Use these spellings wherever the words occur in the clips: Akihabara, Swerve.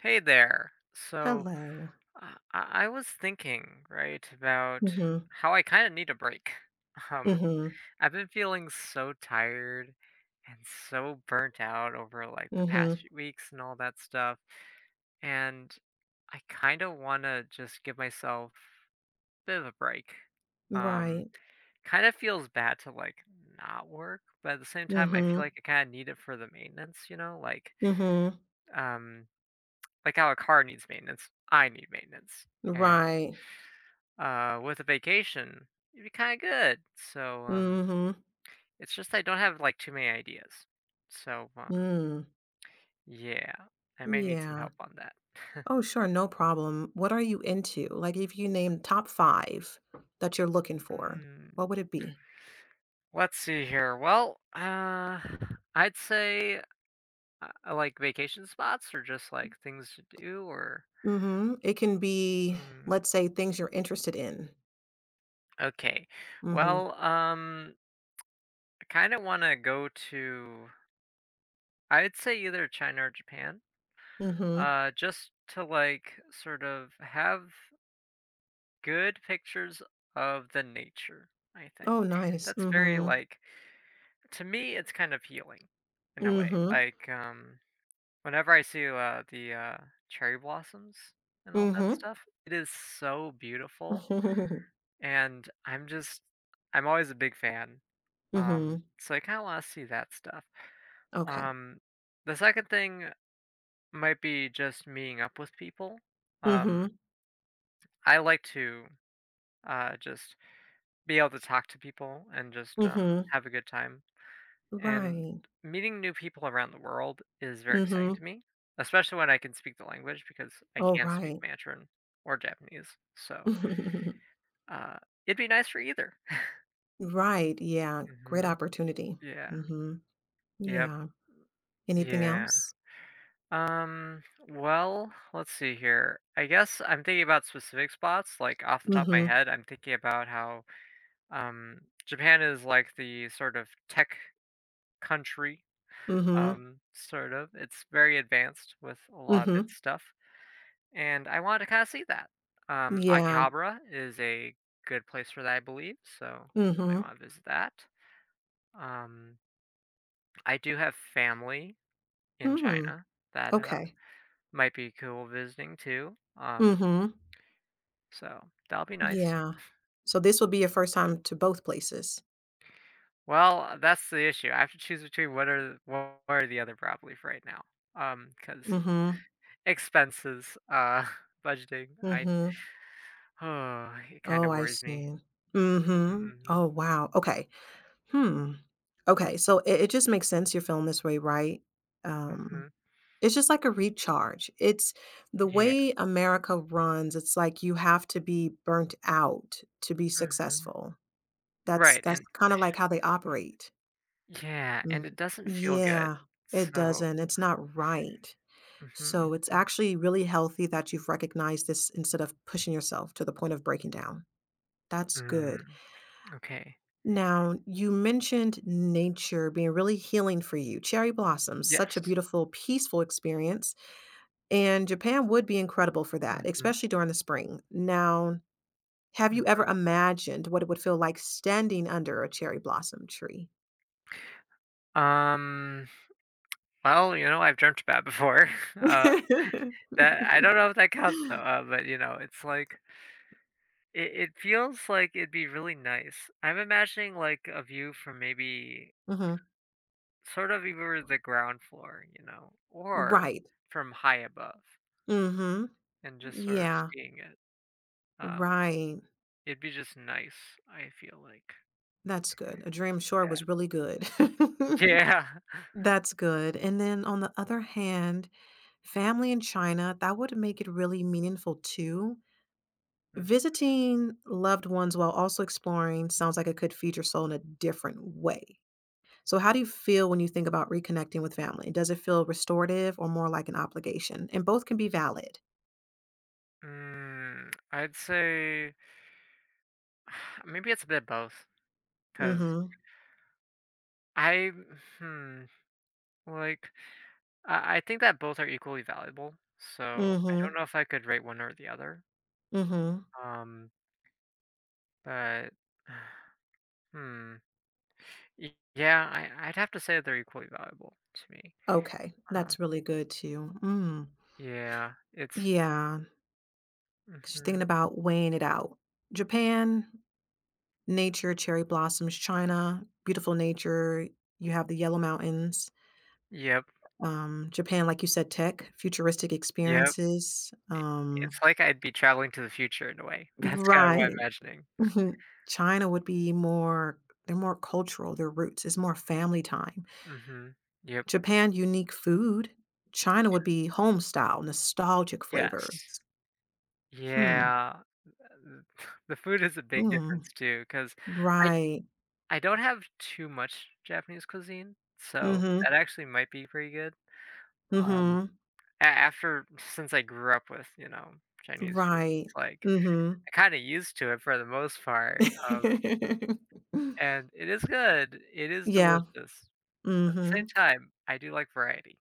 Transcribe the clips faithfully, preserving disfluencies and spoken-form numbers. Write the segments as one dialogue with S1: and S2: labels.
S1: Hey there. So,
S2: Hello.
S1: uh, I I was thinking, right, about
S2: Mhm.
S1: how I kind of need a break. Um,
S2: Mhm.
S1: I've been feeling so tired and so burnt out over like the past
S2: Mhm.
S1: few weeks and all that stuff, and I kind of want to just give myself a bit of a break. Um,
S2: Right.
S1: Kind of feels bad to like not work, but at the same time, I feel
S2: Mhm.
S1: like I kind of need it for the maintenance, you know, like
S2: Mhm.
S1: um like how a car needs maintenance, I need maintenance. And
S2: Right.
S1: uh, with a vacation, it'd be kind of good. So um,
S2: Mhm.
S1: it's just I don't have like too many ideas. So um,
S2: Mm.
S1: yeah, I may need some
S2: Yeah.
S1: help on that.
S2: Oh, sure, no problem. What are you into? Like, if you name top five that you're looking for, what
S1: Hmm.
S2: would it be?
S1: Let's see here. Well, uh, I'd say uh, I like vacation spots or just like things to do or
S2: Mhm. It can be,
S1: mm,
S2: let's say, things you're interested in.
S1: okay.
S2: Mhm.
S1: Well, um, I kind of want to go to I'd say either China or Japan.
S2: Mhm.
S1: Uh, just to like sort of have good pictures of the nature, I think.
S2: Oh, nice.
S1: That's very
S2: Mhm.
S1: like to me it's kind of healing in a way.
S2: Mhm.
S1: Like um whenever I see uh the uh cherry blossoms and all that
S2: Mhm.
S1: stuff, it is so beautiful and I'm just I'm always a big fan. Um
S2: Mhm.
S1: so I kind of want to see that stuff.
S2: Okay.
S1: Um the second thing might be just meeting up with people. Um
S2: Mhm.
S1: I like to uh, just be able to talk to people and just um,
S2: Mhm.
S1: have a good time. And
S2: Right.
S1: meeting new people around the world is very exciting to
S2: Mhm.
S1: me, especially when I can speak the language because I
S2: Oh,
S1: can speak
S2: right.
S1: Mandarin or Japanese. So uh, it'd be nice for either.
S2: Right, yeah, great
S1: hmm
S2: opportunity.
S1: Yeah.
S2: Mhm,
S1: Yep.
S2: yeah. Anything
S1: Yeah.
S2: else?
S1: Um. Well, let's see here. I guess I'm thinking about specific spots. Like off the top of my
S2: Mhm,
S1: head, I'm thinking about how um Japan is like the sort of tech country,
S2: mhm,
S1: um, sort of. It's very advanced with a lot of
S2: mhm,
S1: its stuff, and I wanted to kinda see that. Um,
S2: yeah,
S1: Akihabara is a good place for that, I believe, so I
S2: mhm,
S1: wanna visit that. Um, I do have family in
S2: mm,
S1: China that, uh,
S2: okay,
S1: might be cool visiting too, um,
S2: mhm,
S1: so that'll be nice.
S2: yeah. So this will be your first time to both places?
S1: Well, that's the issue. I have to choose between what are what are the other probably for right now. Um, because
S2: Mhm,
S1: expenses, uh, budgeting, I
S2: mhm.
S1: oh, it kind
S2: Oh,
S1: of
S2: I
S1: worries me.
S2: see. Mhm.
S1: Mhm,
S2: Oh, wow, okay. Hmm, okay, so it it just makes sense you're feeling this way, right?
S1: mhm,
S2: Um
S1: mhm.
S2: It's just like a recharge. It's the
S1: Yeah.
S2: way America runs, it's like you have to be burnt out to be
S1: Mhm.
S2: successful. That's
S1: Right,
S2: that's
S1: and
S2: kinda like how they operate.
S1: yeah,
S2: Mm.
S1: and it doesn't feel good.
S2: Yeah, it
S1: So
S2: doesn't. It's not right.
S1: mhm,
S2: So, it's
S1: mhm.
S2: actually really healthy that you've recognized this instead of pushing yourself to the point of breaking down. That's good.
S1: Mm, okay.
S2: Now, you mentioned nature being really healing for you. Cherry blossoms, such a
S1: Yes.
S2: beautiful, peaceful experience. And Japan would be incredible for that,
S1: Mhm,
S2: especially during the spring. Now, have you
S1: mm.
S2: ever imagined what it would feel like standing under a cherry blossom tree?
S1: Um, well, you know, I've dreamt about before. Uh, that I don't know if that counts though, uh, but you know, it's like it, it feels like it'd be really nice. I'm imagining like a view from maybe
S2: Mhm.
S1: sort of either the ground floor, you know, or
S2: Right.
S1: from high above.
S2: Mhm.
S1: And just sort of
S2: Yeah.
S1: seeing it, um,
S2: Right.
S1: it'd be just nice, I feel like.
S2: That's good. A Dream Shore
S1: Yeah.
S2: was really good.
S1: Yeah.
S2: That's good. And then on the other hand, family in China, that would make it really meaningful too.
S1: Mm.
S2: Visiting loved ones while also exploring sounds like it could feed your soul in a different way. So, how do you feel when you think about reconnecting with family? Does it feel restorative or more like an obligation? And both can be valid.
S1: Mm, I'd say maybe it's a bit both, cause
S2: Mm-hmm.
S1: I hmm, like, I I think that both are equally valuable, so I
S2: Mm-hmm.
S1: don't know if I could rate one or the other,
S2: Mm-hmm.
S1: um, but, hmm, y yeah, I I'd have to say they're equally valuable to me.
S2: Okay.
S1: Um,
S2: That's really good too. Mm.
S1: yeah, it's
S2: Yeah. Just thinking
S1: mhm.
S2: about weighing it out. Japan, nature, cherry blossoms, China, beautiful nature. You have the Yellow Mountains.
S1: Yep.
S2: Um, Japan, like you said, tech, futuristic
S1: Yep.
S2: experiences,
S1: I
S2: um.
S1: it's like I'd be traveling to the future in a way. That's kinda what I'm
S2: Right,
S1: imagining.
S2: mhm. China would be more, they're more cultural, their roots, is more family time.
S1: Mhm. Yep.
S2: Japan, unique food. China would be home style, nostalgic
S1: Yes.
S2: flavors. Hmm,
S1: Yeah. The the food is a big
S2: mm,
S1: difference too, because I
S2: right.
S1: I don't have too much Japanese cuisine, so
S2: Mhm,
S1: that actually might be pretty good. Um,
S2: mhm,
S1: a after since I grew up with, you know, Chinese food,
S2: right,
S1: it's like
S2: mhm.
S1: I kinda used to it for the most part, um, and it is good. It is
S2: Yeah,
S1: delicious. At the same
S2: mhm.
S1: time, I do like variety.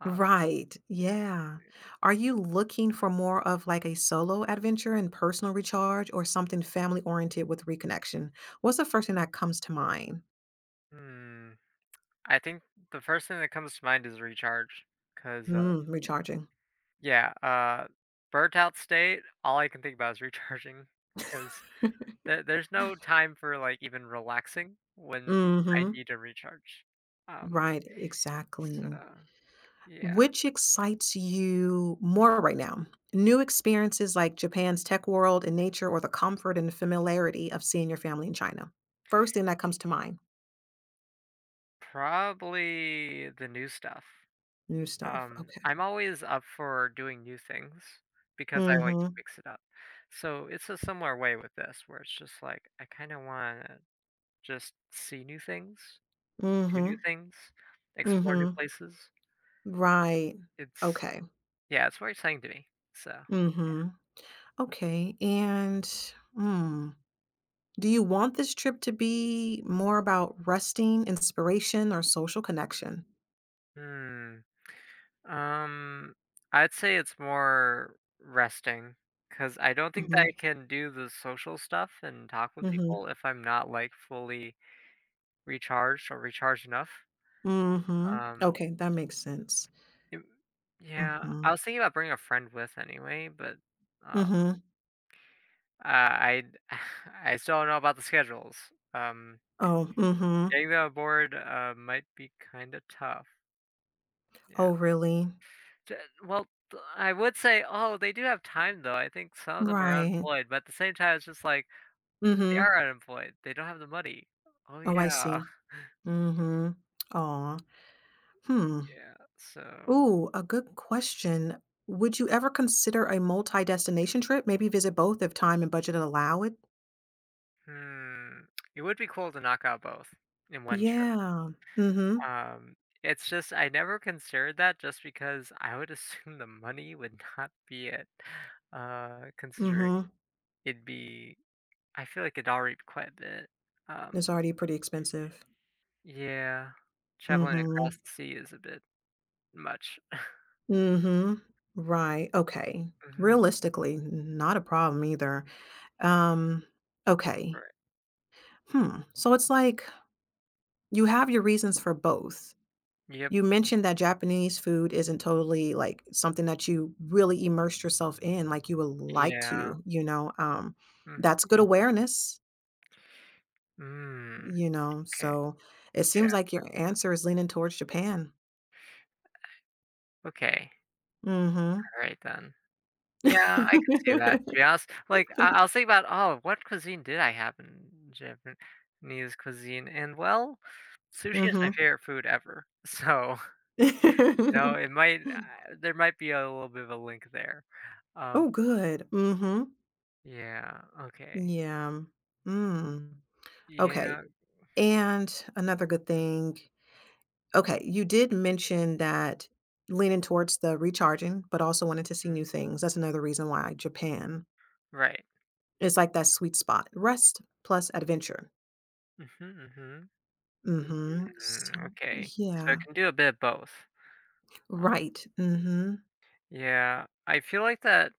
S1: Um,
S2: Right. Yeah. Are you looking for more of like a solo adventure and personal recharge or something family oriented with reconnection? What's the first thing that comes to mind?
S1: hmm. I think the first thing that comes to mind is recharge, 'cause, uh
S2: Mm, recharging.
S1: yeah, uh, burnt out state, all I can think about is recharging 'cause there there's no time for, like, even relaxing when I
S2: Mhm.
S1: need to recharge. Um,
S2: Right,
S1: so,
S2: exactly.
S1: yeah.
S2: Which excites you more right now? New experiences like Japan's tech world and nature or the comfort and familiarity of seeing your family in China? First thing that comes to mind,
S1: Probably the new stuff.
S2: new stuff.
S1: Um,
S2: Okay.
S1: I'm always up for doing new things
S2: Mm.
S1: because I like to
S2: Mhm.
S1: mix it up. So, it's a similar way with this where it's just like, I kinda wanna just see new things.
S2: Mm.
S1: Do new
S2: Mhm.
S1: things,
S2: Mm.
S1: explore new
S2: Mhm.
S1: places.
S2: Right.
S1: It's
S2: Okay.
S1: yeah, it's very exciting to me. So,
S2: Mhm. Okay, and, mm, do you want this trip to be more about resting, inspiration, or social connection?
S1: hmm, um, I'd say it's more resting because I don't think that I
S2: Mhm.
S1: can do the social stuff and talk with
S2: Mhm.
S1: people if I'm not like fully recharged or recharged enough.
S2: Mhm.
S1: Um,
S2: Okay, that makes sense.
S1: it- yeah,
S2: Mhm.
S1: I was thinking about bringing a friend with anyway, but uh,
S2: Mhm.
S1: I I I still don't know about the schedules. Um,
S2: Oh, mhm.
S1: Getting them aboard uh, might be kind of tough. Yeah.
S2: Oh, really?
S1: J Well, th I would say, "Oh, they do have time, though." I think some of them are
S2: Right.
S1: unemployed, but at the same time, it's just like, they
S2: Mhm.
S1: are unemployed. They don't have the money. Oh,
S2: Oh, I
S1: yeah.
S2: see. Mhm. Aw. Hmm.
S1: Yeah, so,
S2: Ooh, a good question. Would you ever consider a multi-destination trip? Maybe visit both if time and budget allow it?
S1: hmm, it would be cool to knock out both in one trip.
S2: Yeah. Mm. Mhm.
S1: Um, it's just I never considered that just because I would assume the money would not be it, uh,
S2: Mm.
S1: considering
S2: Mhm.
S1: it'd be I feel like it'd already be quite a bit.
S2: It's
S1: Um,
S2: already pretty expensive.
S1: yeah.
S2: Mm.
S1: Traveling across
S2: Mhm.
S1: the sea is a bit much.
S2: Mm. Mhm. Right. Okay.
S1: Mhm.
S2: Realistically, not a problem either. Um, okay.
S1: Right.
S2: Hmm. So it's like you have your reasons for both.
S1: Yep.
S2: You mentioned that Japanese food isn't totally, like, something that you really immersed yourself in like you would like
S1: Yeah.
S2: to, you know, um,
S1: Mhm.
S2: that's good awareness,
S1: Mm. Mm,
S2: you know,
S1: okay.
S2: so it
S1: Yeah.
S2: seems like your answer is leaning towards Japan.
S1: Okay.
S2: Mm.
S1: Alright then. Yeah, I can see that, to
S2: Mhm.
S1: be honest. Like, I I was thinking about, "Oh, what cuisine did I have in Japanese cuisine?" And, well, sushi is my
S2: Mm.
S1: favorite food ever. So, you know,
S2: Mhm.
S1: it might uh, there might be a little bit of a link there. Um,
S2: Oh, good. Mm. Mhm.
S1: yeah, okay.
S2: Yeah. Mm. Okay,
S1: Yeah,
S2: and another good thing. Okay, you did mention that leaning towards the recharging, but also wanting to see
S1: mhm,
S2: new things. That's another reason why Japan
S1: right.
S2: is like that sweet spot. Rest plus adventure.
S1: Mhm, mhm.
S2: Mhm.
S1: Mm,
S2: So,
S1: okay. So I
S2: yeah.
S1: can do a bit of both.
S2: Right. Mm.
S1: Yeah, I feel like that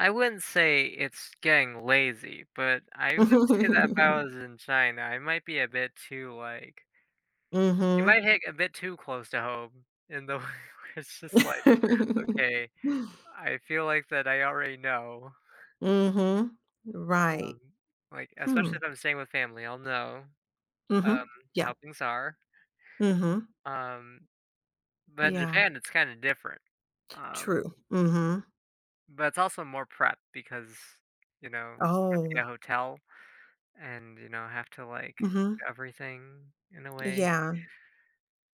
S1: I wouldn't say it's getting lazy, but I would say that if I
S2: Mhm.
S1: was in China, I might be a bit too like
S2: Mm. Mhm.
S1: it
S2: Mm.
S1: might hit a bit too close to home in the way where it's just like,
S2: Mhm.
S1: okay, I feel like that I already know.
S2: Right.
S1: Um, like
S2: Hmm.
S1: especially if I'm staying with family, I'll know
S2: Mm.
S1: um
S2: Mhm. Yeah.
S1: how things are.
S2: Mm. Mhm.
S1: Um, but in
S2: Yeah.
S1: Japan it's kind of different. Um,
S2: True. Mm. Mhm.
S1: but it's also more prep because, you know, you have to get
S2: Oh.
S1: a hotel and, you know, have to, like,
S2: Mm. Mhm.
S1: do everything in a way.
S2: Yeah.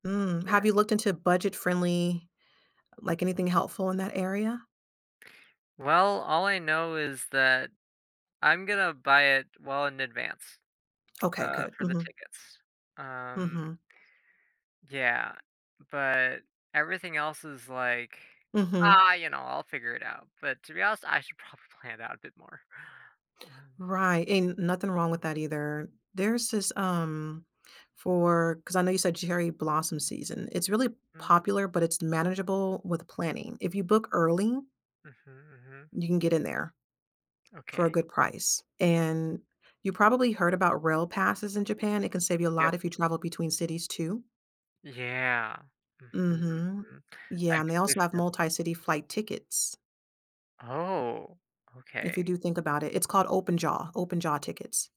S2: Mm.
S1: Yeah.
S2: Have you looked into budget-friendly? Like, anything helpful in that area?
S1: Well, all I know is that I'm gonna buy it well in advance,
S2: Okay,
S1: uh,
S2: good.
S1: for the
S2: Mhm,
S1: tickets. Um,
S2: mhm,
S1: yeah, but everything else is like,
S2: mhm.
S1: "Ah, you know, I'll figure it out." But to be honest, I should probably plan it out a bit more.
S2: Right, and nothing wrong with that either. There's this, um, for because I know you said cherry blossom season. It's really
S1: Um,
S2: popular, but it's manageable with planning. If you book early,
S1: mm, mhm,
S2: you can get in there
S1: mhm.
S2: for a
S1: Okay.
S2: good price, and you probably heard about rail passes in Japan. It can save you a
S1: Yep.
S2: lot if you travel between cities too.
S1: Yeah. Mhm,
S2: Mhm.
S1: mhm.
S2: Yeah,
S1: I
S2: and they
S1: completely
S2: also have
S1: forgot.
S2: multi-city flight tickets.
S1: Oh,
S2: If
S1: okay.
S2: you do think about it, it's called open jaw open jaw tickets.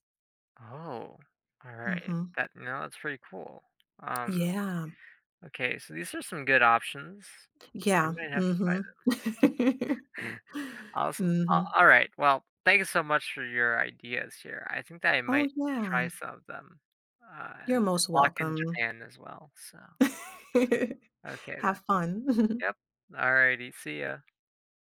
S1: Oh, all right.
S2: Mhm.
S1: That no, that's pretty cool. Um,
S2: Yeah.
S1: okay, so these are some good options. I
S2: Yeah.
S1: might have to try
S2: Mhm.
S1: this. Also,
S2: Mhm.
S1: all right. Well, thank you so much for your ideas here. I think that I
S2: Oh,
S1: might try
S2: yeah.
S1: some of them, uh,
S2: You're
S1: and
S2: most
S1: lock in
S2: welcome.
S1: Japan as well. So, okay then.
S2: Have fun.
S1: Yep. All righty. See ya.